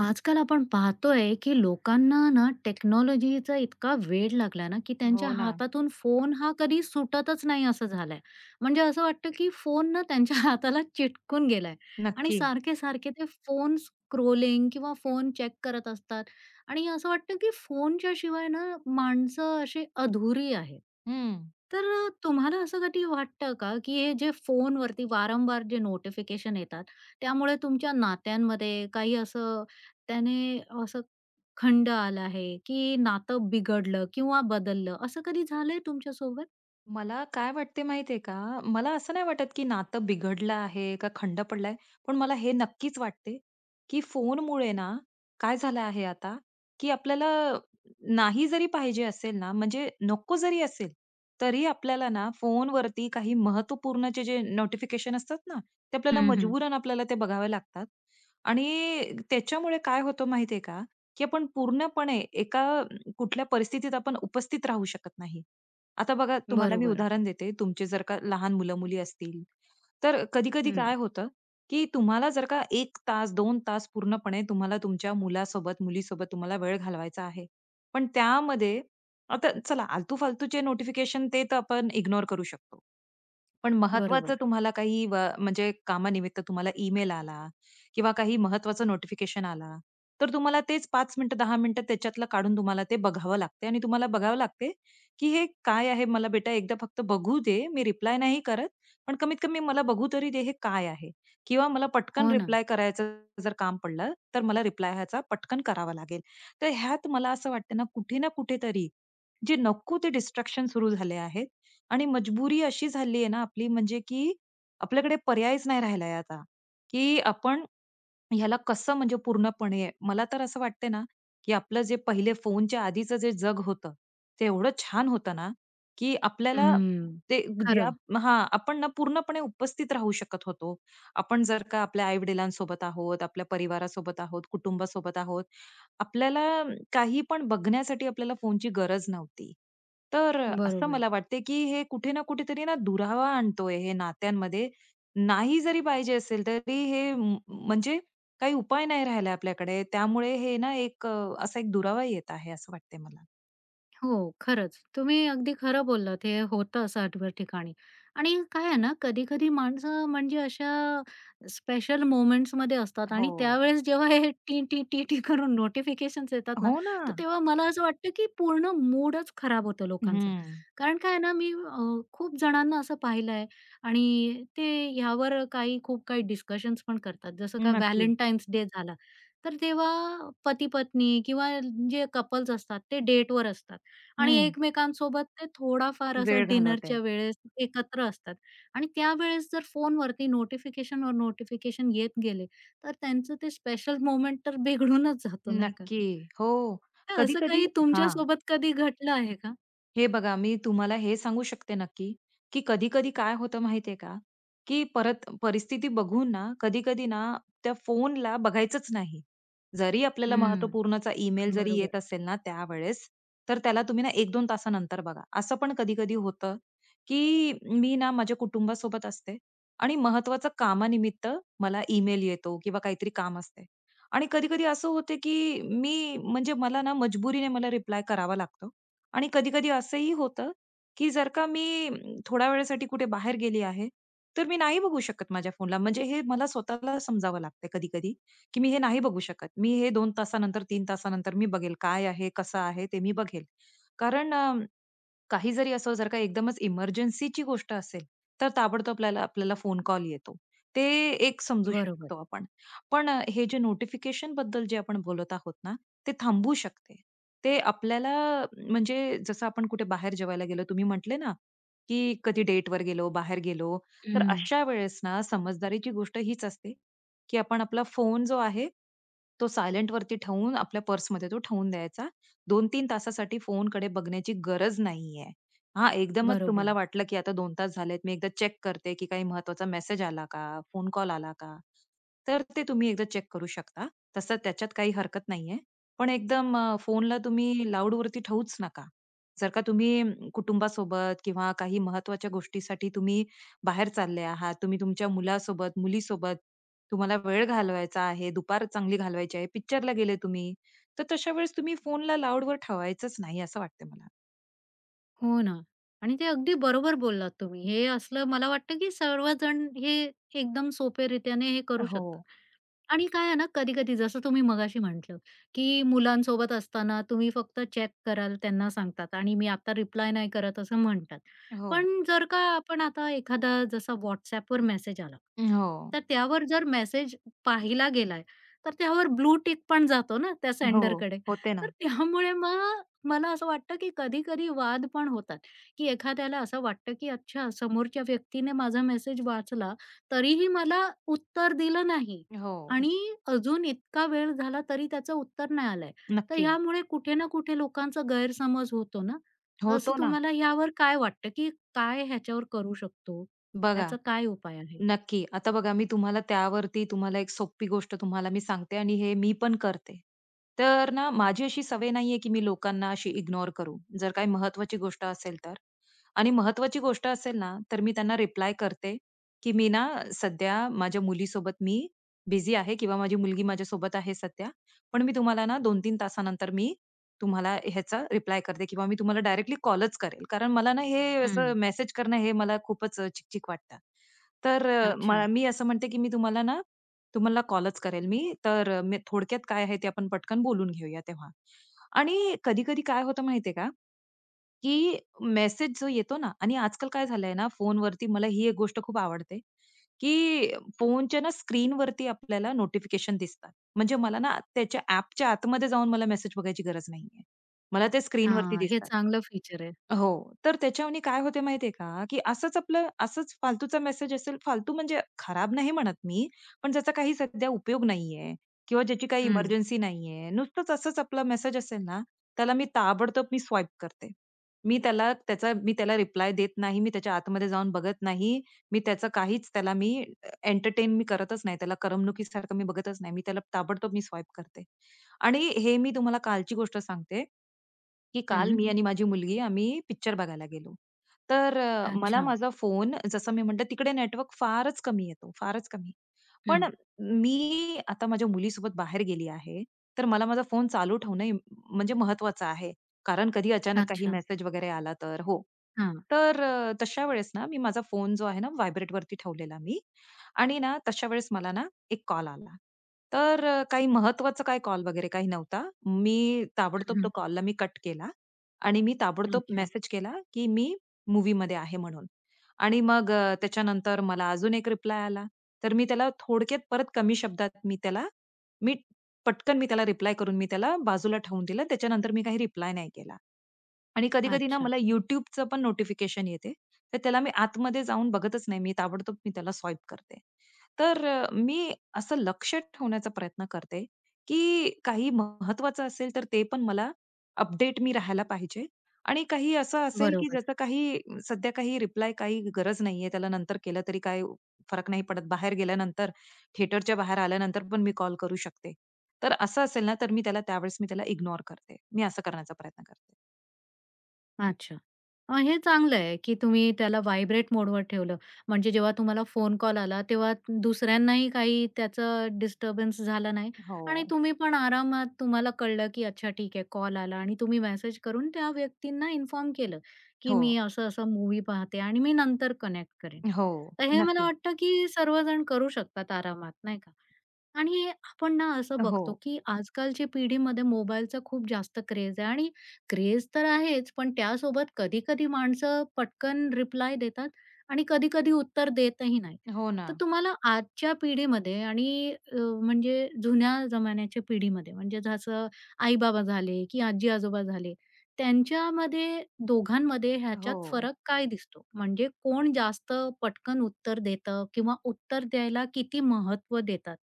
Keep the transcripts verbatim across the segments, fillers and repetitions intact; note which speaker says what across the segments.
Speaker 1: आजकाल आपण पाहतोय, की लोकांना ना टेक्नॉलॉजीचा इतका वेड लागला ना, की त्यांच्या
Speaker 2: हो ना.
Speaker 1: हातातून फोन हा कधी सुटतच नाही असं झालंय. म्हणजे असं वाटतं, की फोन ना त्यांच्या हाताला चिटकून गेलाय आणि
Speaker 2: नक्की.
Speaker 1: सारखे-सारखे ते फोन स्क्रोलिंग किंवा फोन चेक करत असतात आणि असं वाटतं, की फोनच्या शिवाय ना माणसं अशी अधुरी आहेत.
Speaker 2: हं.
Speaker 1: तर तुम्हाला असं कधी वाटतं का, की हे जे फोनवरती वारंवार जे नोटिफिकेशन येतात, त्यामुळे तुमच्या नात्यांमध्ये काही असं त्याने असं खंड आला आहे, की नातं बिघडलं किंवा बदललं, असं कधी झालंय तुमच्यासोबत?
Speaker 2: मला काय वाटते माहितीये का? मला असं नाही वाटत, की नातं बिघडलं आहे का खंड पडलाय. पण मला हे नक्कीच वाटते, की फोनमुळे ना काय झालं आहे आता, की आपल्याला नाही जरी पाहिजे असेल ना, म्हणजे नको जरी असेल, तरी आपल्याला ना फोनवरती काही महत्त्वपूर्णचे जे नोटिफिकेशन असतात ना, ते आपल्याला
Speaker 1: हं, हं.
Speaker 2: मजबूरन आपल्याला ते बघावे लागतात. आणि त्याच्यामुळे काय होतं माहितीये का, की आपण पूर्णपणे एका कुठल्या परिस्थितीत आपण उपस्थित राहू शकत नाही. आता बघा तुम्हाला मी
Speaker 1: बरोबर.
Speaker 2: उदाहरण देते. तुमचे जर का लहान मुलं-मुली असतील, तर कधी-कधी
Speaker 1: हं.
Speaker 2: काय होतं, की तुम्हाला जर का एक तास, दोन तास पूर्णपणे तुम्हाला तुमच्या मुलासोबत, मुलीसोबत तुम्हाला वेळ घालवायचा आहे. पण त्यामध्ये आता चला आलतू-फालतूचे नोटिफिकेशन ते तर आपण इग्नोर करू शकतो. पण महत्वाचं
Speaker 1: बरोबर.
Speaker 2: तुम्हाला काही व म्हणजे कामानिमित्त तुम्हाला ईमेल आला किंवा काही महत्वाचं नोटिफिकेशन आला, तर तुम्हाला तेच पाच मिनिटं, दहा मिनिटं त्याच्यातलं काढून तुम्हाला ते बघावं लागते आणि तुम्हाला बघावं लागते, की हे काय आहे? मला बेटा एकदा फक्त बघू दे. मी रिप्लाय नाही करत, पण कमीत कमी मला बघू तरी दे हे काय आहे? किंवा मला पटकन
Speaker 1: हो ना.
Speaker 2: रिप्लाय करायचं जर काम पडलं, तर मला रिप्लाय ह्याचा पटकन करावा लागेल. तर ह्यात मला असं वाटतं ना, कुठे ना कुठेतरी जे नको ते डिस्ट्रॅक्शन सुरू झाले आहेत आणि मजबुरी अशी झाली आहे ना आपली म्हणजे की आपल्याकडे पर्यायच नाही राहिलाय आता, की आपण ह्याला कसं म्हणजे पूर्णपणे मला तर असं वाटते ना, की आपलं जे पहिले फोनच्या आधीचं जे जग होतं, ते एवढं छान होतं ना, की आपल्याला
Speaker 1: हं.
Speaker 2: ते ज्या
Speaker 1: खरं.
Speaker 2: हां, आपण ना पूर्णपणे उपस्थित राहू शकत होतो. आपण जर का आपल्या आई-वडिलांसोबत आहोत, आपल्या परिवारासोबत आहोत, कुटुंबासोबत आहोत, आपल्याला काही पण बघण्यासाठी आपल्याला फोनची गरज नव्हती. तर असं
Speaker 1: बरोबर.
Speaker 2: मला वाटते, की हे कुठे ना कुठेतरी ना दुरावा आणतोय हे नात्यांमध्ये. नाही जरी पाहिजे असेल, तरी हे म म्हणजे काही उपाय नाही राहिला आपल्याकडे. त्यामुळे हे ना एक अ, असा एक दुरावा येत आहे असं वाटतंय मला.
Speaker 1: हो, खरंच. तुम्ही अगदी खरं बोललात. हे होतं असं आठवड्या ठिकाणी. आणि काय आहे ना, कधी-कधी माणसं म्हणजे अशा स्पेशल मोमेंट्स मोमेंट्समध्ये असतात
Speaker 2: हो.
Speaker 1: आणि त्यावेळेस जेव्हा हे टी, टी, टी, टी करून नोटिफिकेशन येतात ना,
Speaker 2: हो ना.
Speaker 1: तर तेव्हा मला असं वाटतं, की पूर्ण मूडच खराब होतो लोकांचा.
Speaker 2: हं.
Speaker 1: कारण काय आहे ना, मी अ, खूप जणांना असं पाहिलं आहे आणि ते ह्यावर काही खूप काही डिस्कशन्स पण करतात. जसं का
Speaker 2: नक्की.
Speaker 1: व्हॅलेंटाईन्स डे झाला, तर तेव्हा पती-पत्नी किंवा जे कपल्स असतात, ते डेटवर असतात. आणि
Speaker 2: हं.
Speaker 1: एकमेकांसोबत ते थोडाफार
Speaker 2: वेळ
Speaker 1: असं
Speaker 2: घालवत आहेत.
Speaker 1: डिनरच्या वेळेस एकत्र असतात आणि त्यावेळेस जर फोनवरती नोटिफिकेशनवर नोटिफिकेशन येत गेले, तर त्यांचं ते स्पेशल मोमेंट तर बिघडूनच जातो, नाही का?
Speaker 2: नक्की. हो.
Speaker 1: तर असं
Speaker 2: कधी-कधी
Speaker 1: काही
Speaker 2: हां.
Speaker 1: तुमच्यासोबत कधी घटलं आहे का?
Speaker 2: हे बघा, मी तुम्हाला हे सांगू शकते नक्की, की कधी-कधी काय होतं माहितीये का, की परत परिस्थिती बघून ना, कधी-कधी ना त्या फोनला बघायचंच नाही. जरी आपल्याला
Speaker 1: हं.
Speaker 2: महत्त्वपूर्णचा ईमेल जरी
Speaker 1: बरोबर,
Speaker 2: येत असेल ना त्यावेळेस, तर त्याला तुम्ही ना एक-दोन तासानंतर बघा. असं पण कधी-कधी होतं, की मी ना माझ्या कुटुंबासोबत असते आणि महत्त्वाचं कामानिमित्त मला ईमेल येतो किंवा काहीतरी काम असते आणि कधी-कधी असं होते, की मी म्हणजे मला ना मजबुरीने मला रिप्लाय करावा लागतो. आणि कधी-कधी असंही होतं, की जर का मी अम, थोड्या वेळासाठी कुठे बाहेर गेली आहे, तर मी नाही बघू शकत माझ्या फोनला. म्हणजे हे मला स्वतःला समजावं लागतं कधी-कधी, की मी हे नाही बघू शकत. मी हे दोन तासानंतर, तीन तासानंतर मी बघेल. काय आहे, कसं आहे ते मी बघेल. कारण अ, काही जरी असं जर का एकदमच इमर्जन्सीची गोष्ट असेल, तर ताबडतोब आपल्याला आपल्याला फोन कॉल येतो. ते एक समजू
Speaker 1: बरोबर.
Speaker 2: शकतो आपण. पण अ, हे जे नोटिफिकेशनबद्दल जे आपण बोलत आहोत ना, ते थांबू शकते. ते आपल्याला अ, म्हणजे जसं आपण कुठे बाहेर जेवायला गेलो, तुम्ही म्हटले ना, की कधी डेटवर गेलो, बाहेर गेलो, तर
Speaker 1: हं.
Speaker 2: अशा वेळेस ना समजदारीची गोष्ट हीच असते, की आपण आपला फोन जो आहे, तो सायलेंटवरती ठेवून आपल्या पर्समध्ये तो ठेवून द्यायचा दोन-तीन तासासाठी फोनकडे बघण्याची गरज नाहीये. हां, एकदमच तुम्हाला
Speaker 1: बरोबर.
Speaker 2: वाटलं, की आता दोन तास झालेत, मी एकदा चेक करते, की काही महत्त्वाचा मेसेज आला का? फोन कॉल आला का? तर ते तुम्ही एकदा चेक करू शकता. तसं त्याच्यात काही हरकत नाहीये. पण एकदम अ, फोनला तुम्ही लाऊडवरती ठेवूच नका. जर का तुम्ही अम, कुटुंबासोबत किंवा काही महत्त्वाच्या गोष्टीसाठी तुम्ही बाहेर चालले आहात, तुम्ही तुमच्या मुलासोबत, मुलीसोबत तुम्हाला वेळ घालवायचा आहे, दुपार चांगली घालवायची आहे, पिक्चरला गेले तुम्ही तर तशा वेळेस तुम्ही फोनला लाऊडवर ठेवायचंच नाही असं वाटतं मला.
Speaker 1: हो ना. आणि ते अगदी बरोबर बोललात तुम्ही. हे असलं मला वाटतं, की सर्वजण हे एकदम सोप्या रीत्याने हे करू
Speaker 2: हो.
Speaker 1: शकतात. आणि काय आहे ना, कधी-कधी जसं तुम्ही मगाशी म्हटलं, की मुलांसोबत असताना तुम्ही फक्त चेक कराल त्यांना सांगतात आणि मी आता रिप्लाय नाही करत असं म्हणतात.
Speaker 2: हो.
Speaker 1: पण जर का आपण आता एखादा जसा WhatsAppवर मेसेज आला,
Speaker 2: हो.
Speaker 1: तर त्यावर जर मेसेज पाहिला गेलाय, तर त्यावर ब्लू टिक पण जातो ना त्या
Speaker 2: हो,
Speaker 1: सेंडरकडे.
Speaker 2: होते
Speaker 1: तर
Speaker 2: ना.
Speaker 1: त्यामुळे मग मला असं वाटतं, की कधी-कधी वाद पण होतात, की एखाद्याला असं वाटतं, की अच्छा समोरच्या व्यक्तीने माझा मेसेज वाचला, तरीही मला उत्तर दिलं नाही.
Speaker 2: हो.
Speaker 1: आणि अजून इतका वेळ झाला तरी त्याचं उत्तर नाही आलंय. तर
Speaker 2: नक्की.
Speaker 1: ह्यामुळे कुठे ना कुठे लोकांचा गैरसमज होतो ना. असं
Speaker 2: होतो ना.
Speaker 1: तुम्हाला ह्यावर काय वाटतं, की काय ह्याच्यावर करू शकतो?
Speaker 2: बघा
Speaker 1: ह्याचा काय उपाय आहे?
Speaker 2: नक्की. आता बघा मी तुम्हाला त्यावरती तुम्हाला एक सोपी गोष्ट तुम्हाला मी सांगते आणि हे मी पण करते. तर ना माझी अशी सवय नाहीये, की मी लोकांना अशी इग्नोर करू. जर काही महत्त्वाची गोष्ट असेल तर. आणि महत्त्वाची गोष्ट असेल ना, तर मी त्यांना रिप्लाय करते, की "मी ना सध्या माझ्या मुलीसोबत मी बिझी आहे किंवा माझी मुलगी माझ्यासोबत आहे सध्या. पण मी तुम्हाला ना दोन-तीन तासानंतर मी तुम्हाला ह्याचा रिप्लाय करते किंवा मी तुम्हाला डायरेक्टली कॉलच करेल." कारण मला ना हे असं
Speaker 1: हं.
Speaker 2: मेसेज करणं हे मला खूपच अ, वाटतं. तर अ,
Speaker 1: अच्छा.
Speaker 2: मला मी असं म्हणते, की मी तुम्हाला ना तुम्हाला कॉलच करेल मी. तर अ, मी थोडक्यात काय आहे ते आपण पटकन बोलून घेऊया तेव्हा. आणि कधी-कधी काय होतं माहितीये का, की मेसेज जो येतो ना आणि आजकाल काय झालंय ना फोनवरती मला ही एक गोष्ट खूप आवडते, की फोनच्या ना स्क्रीनवरती आपल्याला नोटिफिकेशन दिसतात. म्हणजे मला ना त्याच्या ॲपच्या आतमध्ये जाऊन मला मेसेज बघायची गरज नाहीये. मला ते स्क्रीनवरती
Speaker 1: हां, हे
Speaker 2: दिसतात.
Speaker 1: चांगलं फीचर आहे.
Speaker 2: हो. तर त्याच्यावानी काय होते माहिती आहे का, की असंच आपलं असंच फालतूचा मेसेज असेल, फालतू म्हणजे खराब नाही म्हणत मी, पण ज्याचा काही सध्या उपयोग नाहीये किंवा ज्याची काही
Speaker 1: हं,
Speaker 2: इमर्जन्सी नाहीये. नुसतंच असंच आपला मेसेज असेल ना, त्याला मी ताबडतोब मी स्वाईप करते. मी त्याला त्याचा मी त्याला रिप्लाय देत नाही. मी त्याच्या आतमध्ये जाऊन बघत नाही. मी त्याचं काहीच त्याला मी एंटरटेन मी करतच नाही. त्याला करमणुकीसारखं मी बघतच नाही. मी त्याला ताबडतोब मी स्वाईप करते. आणि हे मी तुम्हाला कालची गोष्ट सांगते. की काल
Speaker 1: हं.
Speaker 2: मी आणि माझी मुलगी आम्ही पिक्चर बघायला गेलो. तर अ, मला
Speaker 1: अच्छा.
Speaker 2: माझा फोन जसं मी म्हटलं तिकडे नेटवर्क फारच कमी येतो, फारच कमी. पण
Speaker 1: हं.
Speaker 2: मी आता माझ्या मुलीसोबत बाहेर गेली आहे, तर मला माझा फोन चालू ठेवणं इम म्हणजे महत्वाचं आहे. कारण कधी अचानक काही
Speaker 1: अच्छा.
Speaker 2: मेसेज वगैरे आला तर हो.
Speaker 1: हां.
Speaker 2: तर अ, तशा वेळेस ना मी माझा फोन जो आहे ना व्हायब्रेटवरती ठेवलेला मी आणि ना तशा वेळेस मला ना एक कॉल आला. तर अ, काही महत्त्वाचा काही कॉल वगैरे काही नव्हता. मी
Speaker 1: हं,
Speaker 2: ताबडतोब तो
Speaker 1: हं.
Speaker 2: कॉलला मी कट केला आणि मी ताबडतोब
Speaker 1: अच्छा.
Speaker 2: मेसेज केला, की मी मूव्हीमध्ये आहे म्हणून. आणि मग अ, त्याच्यानंतर मला अजून एक रिप्लाय आला. तर मी त्याला थोडक्यात परत कमी शब्दात मी त्याला मी पटकन मी त्याला रिप्लाय करून मी त्याला बाजूला ठेवून दिलं. त्याच्यानंतर मी काही रिप्लाय नाही केला. आणि कधी-कधी ना
Speaker 1: अच्छा.
Speaker 2: मला YouTubeचं पण नोटिफिकेशन येते. तर त्याला मी आतमध्ये जाऊन बघतच नाही. मी ताबडतोब मी त्याला स्वाईप करते. तर अ, मी असं लक्ष ठेवण्याचा प्रयत्न करते, की काही महत्वाचं असेल तर ते पण मला अपडेट मी राहायला पाहिजे आणि काही असं असेल, की
Speaker 1: बरोबर.
Speaker 2: ज्याचं काही सध्या काही रिप्लाय काही गरज नाहीये, त्याला नंतर केलं तरी काय फरक नाही पडत. बाहेर गेल्यानंतर, थिएटरच्या बाहेर आल्यानंतर पण मी कॉल करू शकते. तर असं असेल ना, तर मी त्याला त्यावेळेस मी त्याला इग्नोर करते. मी असं करण्याचा प्रयत्न करते.
Speaker 1: अच्छा. अ, हे चांगलं आहे, की तुम्ही त्याला व्हायब्रेट मोडवर ठेवलं. म्हणजे जेव्हा तुम्हाला फोन कॉल आला, तेव्हा दुसऱ्यांनाही काही त्याचा डिस्टर्बन्स झाला नाही आणि
Speaker 2: हो.
Speaker 1: तुम्ही पण आरामात तुम्हाला कळलं, की अच्छा ठीक आहे कॉल आला आणि तुम्ही मेसेज करून त्या व्यक्तींना इन्फॉर्म केलं, की
Speaker 2: हो.
Speaker 1: मी असं-असं मूव्ही पाहते आणि मी नंतर कनेक्ट करेन.
Speaker 2: हो.
Speaker 1: तर हे मला
Speaker 2: नक्की.
Speaker 1: वाटतं, की सर्वजण करू शकतात आरामात, नाही का? आणि आपण ना असं
Speaker 2: हो.
Speaker 1: बघतो, की आजकालच्या पिढीमध्ये मोबाईलचा खूप जास्त क्रेज आहे आणि क्रेज तर आहेच, पण त्यासोबत कधी-कधी माणसं पटकन रिप्लाय देतात आणि कधी-कधी उत्तर देतही नाही.
Speaker 2: हो ना.
Speaker 1: तर तुम्हाला आजच्या पिढीमध्ये आणि अ, म्हणजे जुन्या जमान्याच्या पिढीमध्ये म्हणजे जसं आई-बाबा झाले, की आजी-आजोबा झाले, त्यांच्यामध्ये दोघांमध्ये
Speaker 2: हो.
Speaker 1: ह्याच्यात फरक काय दिसतो? म्हणजे कोण जास्त पटकन उत्तर देतं किंवा उत्तर द्यायला किती महत्त्व देतात?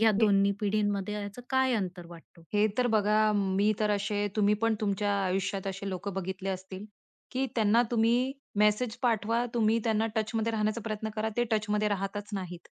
Speaker 1: या दोन्ही पिढींमध्ये याचं काय अंतर वाटतो?
Speaker 2: हे तर बघा मी तर असे तुम्ही पण तुमच्या आयुष्यात असे लोक बघितले असतील, की त्यांना तुम्ही मेसेज पाठवा, तुम्ही त्यांना टचमध्ये राहण्याचा प्रयत्न करा, ते टचमध्ये राहतच नाहीत.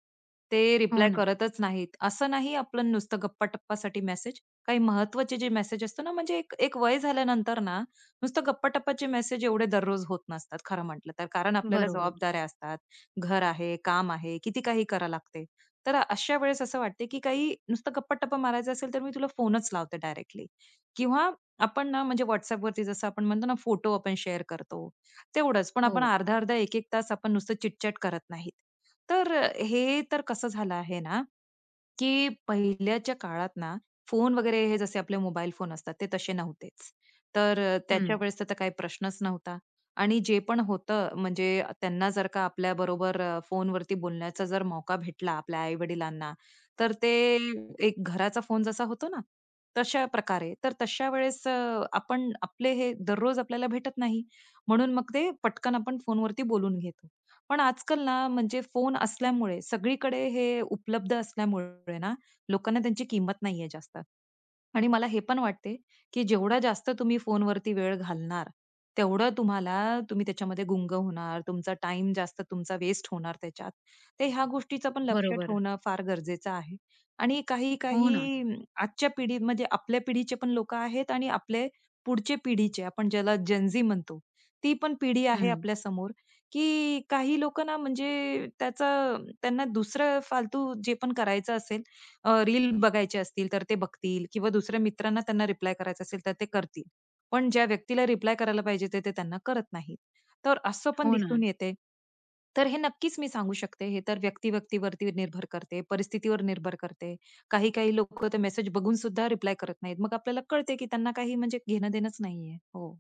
Speaker 2: ते
Speaker 1: हो
Speaker 2: रिप्लाय
Speaker 1: ना.
Speaker 2: करतच नाहीत. असं नाही आपण नुसतं गप्पा-टप्पासाठी मेसेज, काही महत्त्वाचे जे मेसेज असतो ना, म्हणजे एक एक वय झाल्यानंतर ना, नुसतं गप्पा-टप्पाचे मेसेज एवढे दररोज होत नसतात खरं म्हटलं तर. कारण आपल्याला
Speaker 1: बरोबर.
Speaker 2: जबाबदाऱ्या असतात, घर आहे, काम आहे, किती काही करावं लागते. तर अशा वेळेस असं वाटते, की काही नुसतं गप्पा-टप्पा मारायचा असेल, तर मी तुला फोनच लावते डायरेक्टली किंवा आपण ना म्हणजे WhatsAppवरती जसं आपण म्हणतो ना, फोटो आपण शेअर करतो, तेवढंच. पण आपण
Speaker 1: हो.
Speaker 2: अर्धा-अर्धा, एक-एक तास आपण नुसतं चिट करत नाहीत. तर हे तर कसं झालं आहे ना, की पहिल्याच्या काळात ना, फोन वगैरे हे जसे आपले मोबाईल फोन असतात, ते तसे नव्हतेच. तर अ, त्याच्या
Speaker 1: हं.
Speaker 2: वेळेस तर तर काही प्रश्नच नव्हता. आणि जे पण होतं म्हणजे त्यांना जर का आपल्याबरोबर अ, फोनवरती बोलण्याचा जर मौका भेटला आपल्या आई-वडिलांना, तर ते एक घराचा फोन जसा होतो ना, तशा प्रकारे. तर तशा वेळेस अ, आपण आपले हे दररोज आपल्याला भेटत नाही. म्हणून मग ते पटकन आपण फोनवरती बोलून घेतो. पण आजकाल ना, म्हणजे फोन असल्यामुळे, सगळीकडे हे उपलब्ध असल्यामुळे ना, लोकांना त्यांची किंमत नाहीये जास्त. आणि मला हे पण वाटते, की जेवढा जास्त तुम्ही फोनवरती वेळ घालणार, तेवढं तुम्हाला तुम्ही त्याच्यामध्ये गुंग होणार, तुमचा टाइम जास्त तुमचा वेस्ट होणार त्याच्यात. ते ह्या गोष्टीचं पण लक्ष
Speaker 1: बरोबर.
Speaker 2: ठेवणं फार गरजेचं आहे. आणि
Speaker 1: हो ना.
Speaker 2: काही-काही अं, आजच्या पिढीत म्हणजे आपल्या पिढीचे पण लोकं आहेत आणि आपले पुढचे पिढीचे आपण ज्याला जेन म्हणतो, ती पण पिढी आहे
Speaker 1: हं.
Speaker 2: आपल्यासमोर, की काही लोकं ना म्हणजे त्याचं त्यांना दुसरं फालतू जे पण करायचं असेल अ, रील बघायचे असतील तर ते बघतील किंवा दुसऱ्या मित्रांना त्यांना रिप्लाय करायचं असेल तर ते करतील. पण ज्या व्यक्तीला रिप्लाय करायला पाहिजे ते, ते त्यांना करत नाहीत. तर असं पण
Speaker 1: हो ना.
Speaker 2: दिसून येते. तर हे नक्कीच मी सांगू शकते हे तर व्यक्ती-व्यक्तीवरती निर्भर करते, परिस्थितीवर निर्भर करते. काही-काही लोकं तर मेसेज बघून सुद्धा रिप्लाय करत नाहीत. मग आपल्याला कळते की त्यांना काही म्हणजे घेणं-देणंच नाहीये. हो.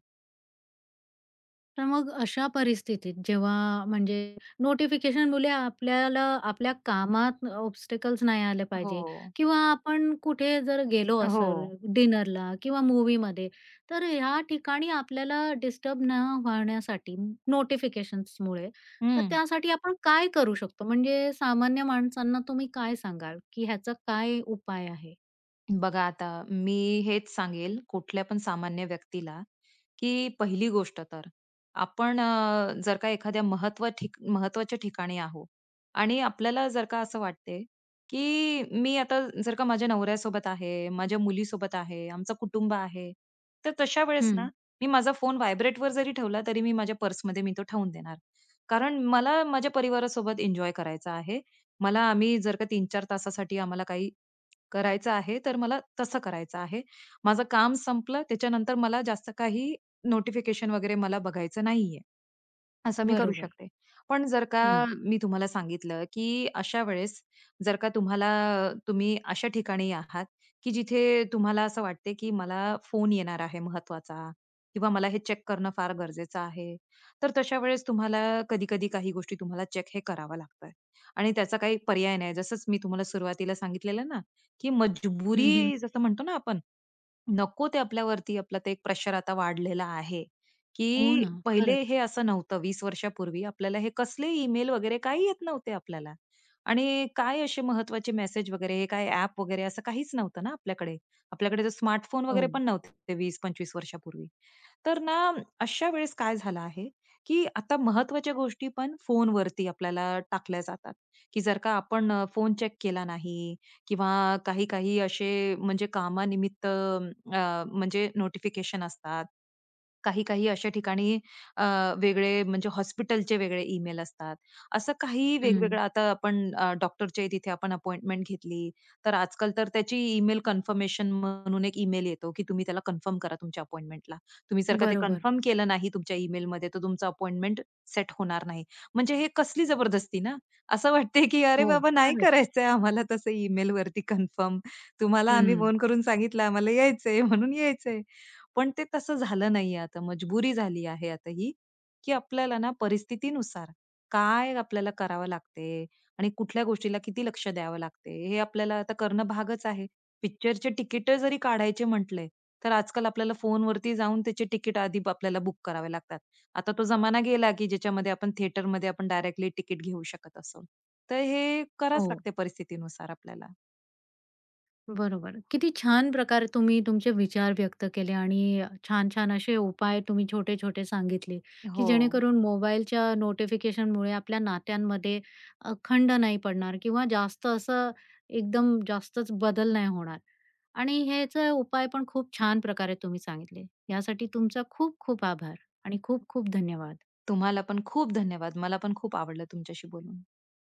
Speaker 1: तर मग अशा परिस्थितीत जेव्हा म्हणजे नोटिफिकेशनमुळे आपल्याला आपल्या कामात ऑब्स्टॅकल्स नाही आले
Speaker 2: हो.
Speaker 1: पाहिजे किंवा आपण कुठे जर गेलो
Speaker 2: हो.
Speaker 1: असेल डिनरला किंवा मूव्हीमध्ये, तर ह्या ठिकाणी आपल्याला डिस्टर्ब न होण्यासाठी नोटिफिकेशन्समुळे, तर
Speaker 2: हं.
Speaker 1: त्यासाठी आपण काय करू शकतो? म्हणजे सामान्य माणसांना तुम्ही काय सांगाल, की ह्याचा काय उपाय आहे?
Speaker 2: बघा आता मी हेच सांगेल कुठल्या पण सामान्य व्यक्तीला, की पहिली गोष्ट तर आपण अ, जर का एखाद्या महत्व ठिक महत्वाच्या ठिकाणी आहो आणि आपल्याला जर का असं वाटते, की मी आता जर का माझ्या नवऱ्यासोबत आहे, माझ्या मुलीसोबत आहे, आमचं कुटुंब आहे. तर तशा वेळेस ना,
Speaker 1: हं.
Speaker 2: मी माझा फोन व्हायब्रेटवर जरी ठेवला तरी मी माझ्या पर्समध्ये मी तो ठेवून देणार. कारण मला माझ्या परिवारासोबत एन्जॉय करायचा आहे. मला आम्ही जर का तीन-चार तासासाठी आम्हाला काही करायचं आहे, तर मला तसं करायचं आहे. माझं काम संपलं त्याच्यानंतर मला जास्त काही नोटिफिकेशन वगैरे मला बघायचं नाहीये. असं मी करू
Speaker 1: बरोबर.
Speaker 2: शकते. पण जर का
Speaker 1: हं.
Speaker 2: मी तुम्हाला सांगितलं, की अशा वेळेस जर का तुम्हाला तुम्ही अशा ठिकाणी आहात, की जिथे तुम्हाला असं वाटते, की मला फोन येणार आहे महत्त्वाचा किंवा मला हे चेक करणं फार गरजेचं आहे. तर तशा वेळेस तुम्हाला कधी-कधी काही गोष्टी तुम्हाला चेक हे करावं लागतं आणि त्याचा काही पर्याय नाही. जसंच मी तुम्हाला सुरुवातीला सांगितलेलं ना, की
Speaker 1: हं, हं.
Speaker 2: मजबुरी जसं म्हणतो ना आपण, नको ते आपल्यावरती आपलं ते एक प्रेशर आता वाढलेला आहे,
Speaker 1: हो
Speaker 2: की
Speaker 1: ना.
Speaker 2: पहिले
Speaker 1: खरंच.
Speaker 2: हे असं नव्हतं वीस वर्षापूर्वी आपल्याला हे कसले ईमेल वगैरे काही येत नव्हते आपल्याला. आणि काय असे महत्त्वाचे मेसेज वगैरे, हे काय ॲप वगैरे असं काहीच नव्हतं ना आपल्याकडे. आपल्याकडे तर स्मार्टफोन वगैरे
Speaker 1: हो.
Speaker 2: पण नव्हते वीस-पंचवीस वर्षापूर्वी. तर ना अशा वेळेस काय झालं आहे, की आता महत्त्वाच्या गोष्टी पण फोनवरती आपल्याला टाकल्या जातात, की जर का आपण फोन चेक केला नाही किंवा काही-काही असे म्हणजे कामानिमित्त अ, म्हणजे नोटिफिकेशन असतात. काही-काही अशा ठिकाणी अ, वेगळे म्हणजे हॉस्पिटलचे वेगळे ईमेल असतात. असं काही
Speaker 1: हं.
Speaker 2: वेगवेगळं आता आपण अ, डॉक्टरच्या तिथे आपण अपॉइंटमेंट घेतली, तर आजकाल तर त्याची ईमेल कन्फर्मेशन म्हणून एक ईमेल येतो, की तुम्ही त्याला कन्फर्म करा तुमच्या अपॉइंटमेंटला. तुम्ही जर का ते
Speaker 1: बरोबर.
Speaker 2: कन्फर्म केलं नाही तुमच्या ईमेलमध्ये, तर तुमचं अपॉइंटमेंट सेट होणार नाही. म्हणजे हे कसली जबरदस्ती ना? असं वाटते, की "अरे
Speaker 1: हो,
Speaker 2: बाबा, नाही
Speaker 1: खरंच.
Speaker 2: करायचंय आम्हाला तसं ईमेलवरती कन्फर्म. तुम्हाला आम्ही
Speaker 1: हं.
Speaker 2: फोन करून सांगितलं, आम्हाला यायचंय म्हणून यायचंय." पण ते तसं झालं नाहीये आता. मजबुरी झाली आहे आता ही, की आपल्याला ना परिस्थितीनुसार काय आपल्याला करावं लागते आणि कुठल्या गोष्टीला किती लक्ष द्यावं लागते, हे आपल्याला आता करणं भागच आहे. पिक्चरचे तिकीट जरी काढायचे म्हटले, तर आजकाल आपल्याला फोनवरती जाऊन त्याचे तिकीट आधी ब- आपल्याला बुक करावे लागतात. आता तो जमाना गेला, की ज्याच्यामध्ये आपण थिएटरमध्ये आपण डायरेक्टली तिकीट घेऊ शकत असू. तर हे करावंच
Speaker 1: हो,
Speaker 2: लागते परिस्थितीनुसार आपल्याला.
Speaker 1: बरोबर. किती छान प्रकारे तुम्ही तुमचे विचार व्यक्त केले आणि छान-छान असे उपाय तुम्ही छोटे-छोटे सांगितले, की
Speaker 2: हो.
Speaker 1: जेणेकरून मोबाईलच्या नोटिफिकेशनमुळे आपल्या नात्यांमध्ये अ, खंड नाही पडणार किंवा जास्त असं एकदम जास्तच बदल नाही होणार. आणि ह्याचा उपाय पण खूप छान प्रकारे तुम्ही सांगितले. यासाठी तुमचा खूप-खूप आभार आणि खूप-खूप धन्यवाद.
Speaker 2: तुम्हाला पण खूप धन्यवाद. मला पण खूप आवडलं तुमच्याशी बोलून.